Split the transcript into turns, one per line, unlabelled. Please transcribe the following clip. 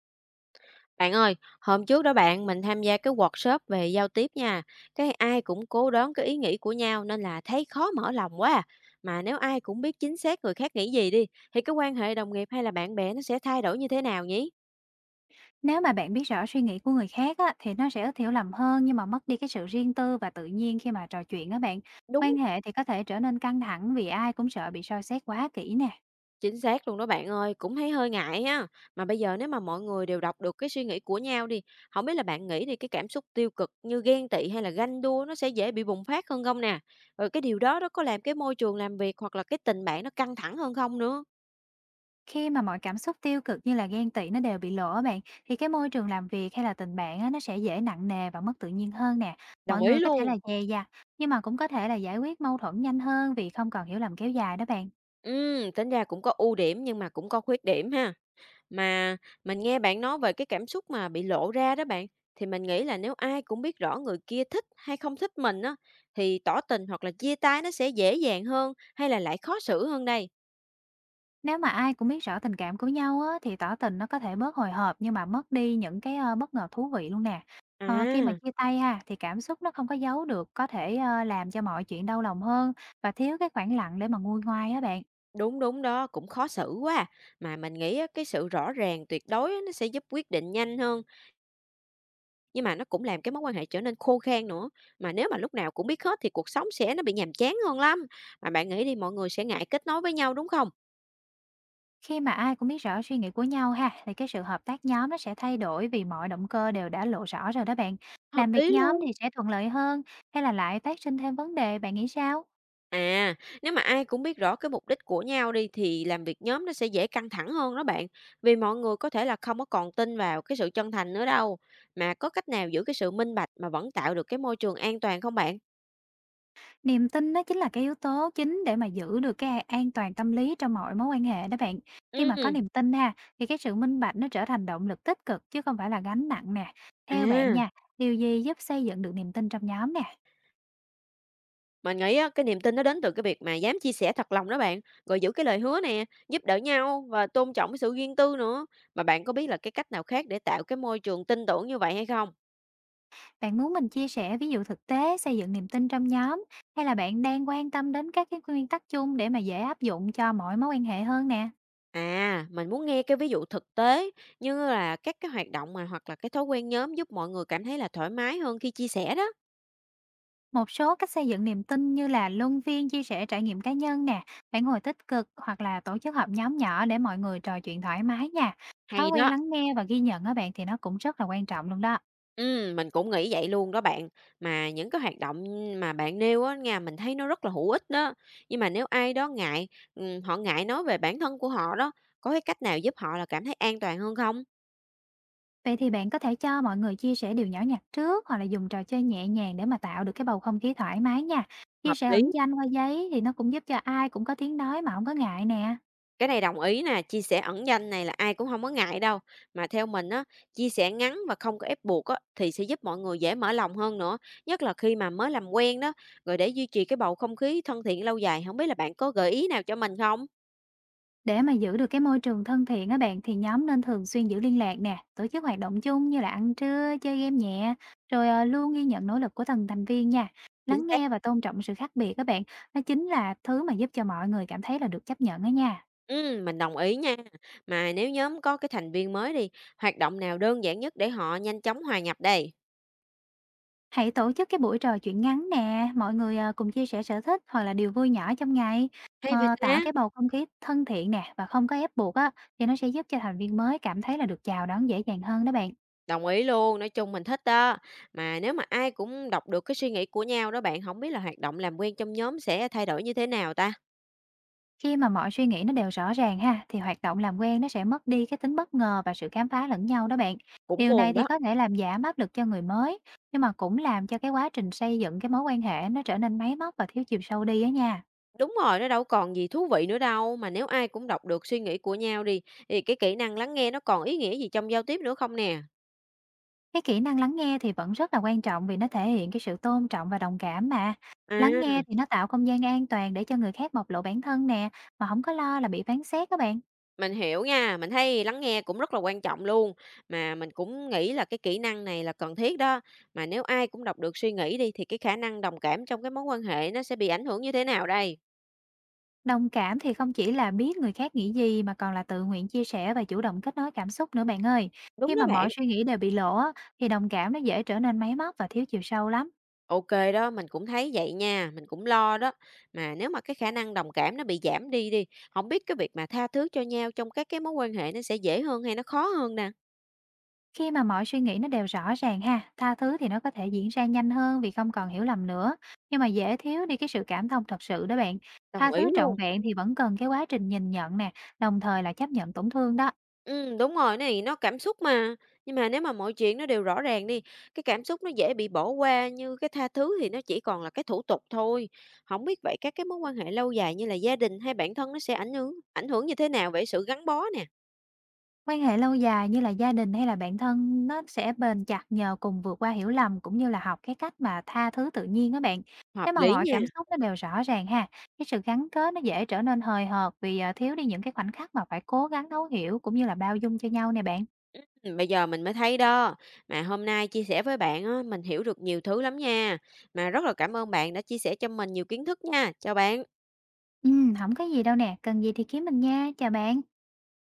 Bạn ơi, hôm trước đó bạn mình tham gia cái workshop về giao tiếp nha. Cái ai cũng cố đoán cái ý nghĩ của nhau nên là thấy khó mở lòng quá à. Mà nếu ai cũng biết chính xác người khác nghĩ gì đi thì cái quan hệ đồng nghiệp hay là bạn bè nó sẽ thay đổi như thế nào nhỉ?
Nếu mà bạn biết rõ suy nghĩ của người khác á, thì nó sẽ ít hiểu lầm hơn nhưng mà mất đi cái sự riêng tư và tự nhiên khi mà trò chuyện á bạn.
Đúng,
Quan hệ thì có thể trở nên căng thẳng vì ai cũng sợ bị soi xét quá kỹ nè.
chính xác luôn đó bạn ơi, cũng thấy hơi ngại ha. Mà bây giờ nếu mà mọi người đều đọc được cái suy nghĩ của nhau đi, không biết là bạn nghĩ thì cái cảm xúc tiêu cực như ghen tị hay là ganh đua nó sẽ dễ bị bùng phát hơn không nè? Rồi cái điều đó nó có làm cái môi trường làm việc hoặc là cái tình bạn nó căng thẳng hơn không nữa?
Khi mà mọi cảm xúc tiêu cực như là ghen tị nó đều bị lộ á bạn thì cái môi trường làm việc hay là tình bạn á, nó sẽ dễ nặng nề và mất tự nhiên hơn nè. Mọi
Đồng
người
ý
có thể
luôn.
là dè dặt nhưng mà cũng có thể là giải quyết mâu thuẫn nhanh hơn vì không còn hiểu lầm kéo dài đó bạn.
Tính ra cũng có ưu điểm nhưng mà cũng có khuyết điểm ha. Mà mình nghe bạn nói về cái cảm xúc mà bị lộ ra đó bạn, thì mình nghĩ là nếu ai cũng biết rõ người kia thích hay không thích mình á, thì tỏ tình hoặc là chia tay nó sẽ dễ dàng hơn hay là lại khó xử hơn đây?
Nếu mà ai cũng biết rõ tình cảm của nhau á, thì tỏ tình nó có thể bớt hồi hộp nhưng mà mất đi những cái, bất ngờ thú vị luôn nè. Khi mà
À,
chia tay ha, thì cảm xúc nó không có giấu được, có thể, làm cho mọi chuyện đau lòng hơn và thiếu cái khoảng lặng để mà nguôi ngoai á bạn.
đúng, đúng đó, cũng khó xử quá à. Mà mình nghĩ á, cái sự rõ ràng tuyệt đối á, nó sẽ giúp quyết định nhanh hơn. Nhưng mà nó cũng làm cái mối quan hệ trở nên khô khan nữa, mà nếu mà lúc nào cũng biết hết thì cuộc sống sẽ nó bị nhàm chán hơn lắm. Mà bạn nghĩ đi, mọi người sẽ ngại kết nối với nhau, đúng không?
Khi mà ai cũng biết rõ suy nghĩ của nhau ha, thì cái sự hợp tác nhóm nó sẽ thay đổi vì mọi động cơ đều đã lộ rõ rồi đó bạn.
Hợp
Làm việc
lý
nhóm
luôn.
thì sẽ thuận lợi hơn hay là lại phát sinh thêm vấn đề, bạn nghĩ sao?
À, nếu mà ai cũng biết rõ cái mục đích của nhau đi thì làm việc nhóm nó sẽ dễ căng thẳng hơn đó bạn. Vì mọi người có thể là không có còn tin vào cái sự chân thành nữa đâu. Mà có cách nào giữ cái sự minh bạch mà vẫn tạo được cái môi trường an toàn không bạn?
Niềm tin đó chính là cái yếu tố chính để mà giữ được cái an toàn tâm lý trong mọi mối quan hệ đó bạn. Khi mà
Ừ.
có niềm tin ha, thì cái sự minh bạch nó trở thành động lực tích cực chứ không phải là gánh nặng nè. Theo bạn
À.
nha, điều gì giúp xây dựng được niềm tin trong nhóm nè?
Mình nghĩ á, cái niềm tin nó đến từ cái việc mà dám chia sẻ thật lòng đó bạn, rồi giữ cái lời hứa nè, giúp đỡ nhau và tôn trọng cái sự riêng tư nữa. Mà bạn có biết là cái cách nào khác để tạo cái môi trường tin tưởng như vậy hay không?
Bạn muốn mình chia sẻ ví dụ thực tế xây dựng niềm tin trong nhóm hay là bạn đang quan tâm đến các cái nguyên tắc chung để mà dễ áp dụng cho mọi mối quan hệ hơn nè?
À, mình muốn nghe cái ví dụ thực tế như là các cái hoạt động mà hoặc là cái thói quen nhóm giúp mọi người cảm thấy là thoải mái hơn khi chia sẻ đó.
Một số cách xây dựng niềm tin như là luân phiên chia sẻ trải nghiệm cá nhân nè, phản hồi tích cực hoặc là tổ chức họp nhóm nhỏ để mọi người trò chuyện thoải mái nha. Thói
Hay
quen
đó.
lắng nghe và ghi nhận á bạn thì nó cũng rất là quan trọng luôn đó.
Mình cũng nghĩ vậy luôn đó bạn. Mà những cái hoạt động mà bạn nêu á nha, mình thấy nó rất là hữu ích đó. Nhưng mà nếu ai đó ngại, họ ngại nói về bản thân của họ đó, có cái cách nào giúp họ là cảm thấy an toàn hơn không?
Vậy thì bạn có thể cho mọi người chia sẻ điều nhỏ nhặt trước hoặc là dùng trò chơi nhẹ nhàng để mà tạo được cái bầu không khí thoải mái nha. Chia
Hợp
sẻ
lý.
ẩn danh qua giấy thì nó cũng giúp cho ai cũng có tiếng nói mà không có ngại nè.
Cái này đồng ý nè, chia sẻ ẩn danh này là ai cũng không có ngại đâu. Mà theo mình á, chia sẻ ngắn và không có ép buộc á, thì sẽ giúp mọi người dễ mở lòng hơn nữa, nhất là khi mà mới làm quen đó. Rồi để duy trì cái bầu không khí thân thiện lâu dài, không biết là bạn có gợi ý nào cho mình không?
Để mà giữ được cái môi trường thân thiện á bạn thì nhóm nên thường xuyên giữ liên lạc nè, tổ chức hoạt động chung như là ăn trưa, chơi game nhẹ, rồi luôn ghi nhận nỗ lực của từng thành viên nha.
Chính
Lắng nghe và tôn trọng sự khác biệt các bạn, nó chính là thứ mà giúp cho mọi người cảm thấy là được chấp nhận đó nha.
Mình đồng ý nha. Mà nếu nhóm có cái thành viên mới đi, hoạt động nào đơn giản nhất để họ nhanh chóng hòa nhập đây?
Hãy tổ chức cái buổi trò chuyện ngắn nè, mọi người cùng chia sẻ sở thích hoặc là điều vui nhỏ trong ngày.
Hay việt
Tạo
ta?
cái bầu không khí thân thiện nè và không có ép buộc á thì nó sẽ giúp cho thành viên mới cảm thấy là được chào đón dễ dàng hơn đó bạn.
Đồng ý luôn, nói chung mình thích đó. Mà nếu mà ai cũng đọc được cái suy nghĩ của nhau đó bạn, không biết là hoạt động làm quen trong nhóm sẽ thay đổi như thế nào ta?
Khi mà mọi suy nghĩ nó đều rõ ràng ha, thì hoạt động làm quen nó sẽ mất đi cái tính bất ngờ và sự khám phá lẫn nhau đó bạn.
Cũng
Điều này
buồn
thì
đó.
có thể làm giảm áp lực cho người mới, nhưng mà cũng làm cho cái quá trình xây dựng cái mối quan hệ nó trở nên máy móc và thiếu chiều sâu đi á nha.
Đúng rồi, nó đâu còn gì thú vị nữa đâu. Mà nếu ai cũng đọc được suy nghĩ của nhau đi, thì cái kỹ năng lắng nghe nó còn ý nghĩa gì trong giao tiếp nữa không nè?
Cái kỹ năng lắng nghe thì vẫn rất là quan trọng vì nó thể hiện cái sự tôn trọng và đồng cảm mà. Lắng
À.
nghe thì nó tạo không gian an toàn để cho người khác bộc lộ bản thân nè, mà không có lo là bị phán xét các bạn.
Mình hiểu nha, mình thấy lắng nghe cũng rất là quan trọng luôn, mà mình cũng nghĩ là cái kỹ năng này là cần thiết đó. Mà nếu ai cũng đọc được suy nghĩ đi thì cái khả năng đồng cảm trong cái mối quan hệ nó sẽ bị ảnh hưởng như thế nào đây?
Đồng cảm thì không chỉ là biết người khác nghĩ gì mà còn là tự nguyện chia sẻ và chủ động kết nối cảm xúc nữa bạn ơi. Khi
Đúng đó
mà
bạn.
mọi suy nghĩ đều bị lộ á, thì đồng cảm nó dễ trở nên máy móc và thiếu chiều sâu lắm.
Ok đó, mình cũng thấy vậy nha, mình cũng lo đó. Mà nếu mà cái khả năng đồng cảm nó bị giảm đi đi, không biết cái việc mà tha thứ cho nhau trong các cái mối quan hệ nó sẽ dễ hơn hay nó khó hơn nè?
Khi mà mọi suy nghĩ nó đều rõ ràng ha, tha thứ thì nó có thể diễn ra nhanh hơn vì không còn hiểu lầm nữa. Nhưng mà dễ thiếu đi cái sự cảm thông thật sự đó bạn. Tha
Đồng ý
thứ trọn
luôn.
vẹn thì vẫn cần cái quá trình nhìn nhận nè, đồng thời là chấp nhận tổn thương đó.
Đúng rồi, này nó cảm xúc mà, nhưng mà nếu mà mọi chuyện nó đều rõ ràng đi, cái cảm xúc nó dễ bị bỏ qua, như cái tha thứ thì nó chỉ còn là cái thủ tục thôi. Không biết vậy các cái mối quan hệ lâu dài như là gia đình hay bản thân nó sẽ ảnh hưởng như thế nào về sự gắn bó nè?
Quan hệ lâu dài như là gia đình hay là bạn thân nó sẽ bền chặt nhờ cùng vượt qua hiểu lầm cũng như là học cái cách mà tha thứ tự nhiên đó bạn.
Hợp
Nếu mà
lý
mọi
nha,
cảm xúc nó đều rõ ràng ha, cái sự gắn kết nó dễ trở nên hời hợt vì, thiếu đi những cái khoảnh khắc mà phải cố gắng thấu hiểu cũng như là bao dung cho nhau nè bạn.
bây giờ mình mới thấy đó. Mà hôm nay chia sẻ với bạn á, mình hiểu được nhiều thứ lắm nha. Mà rất là cảm ơn bạn đã chia sẻ cho mình nhiều kiến thức nha. Chào bạn.
Hổng có gì đâu nè, cần gì thì kiếm mình nha, chào bạn.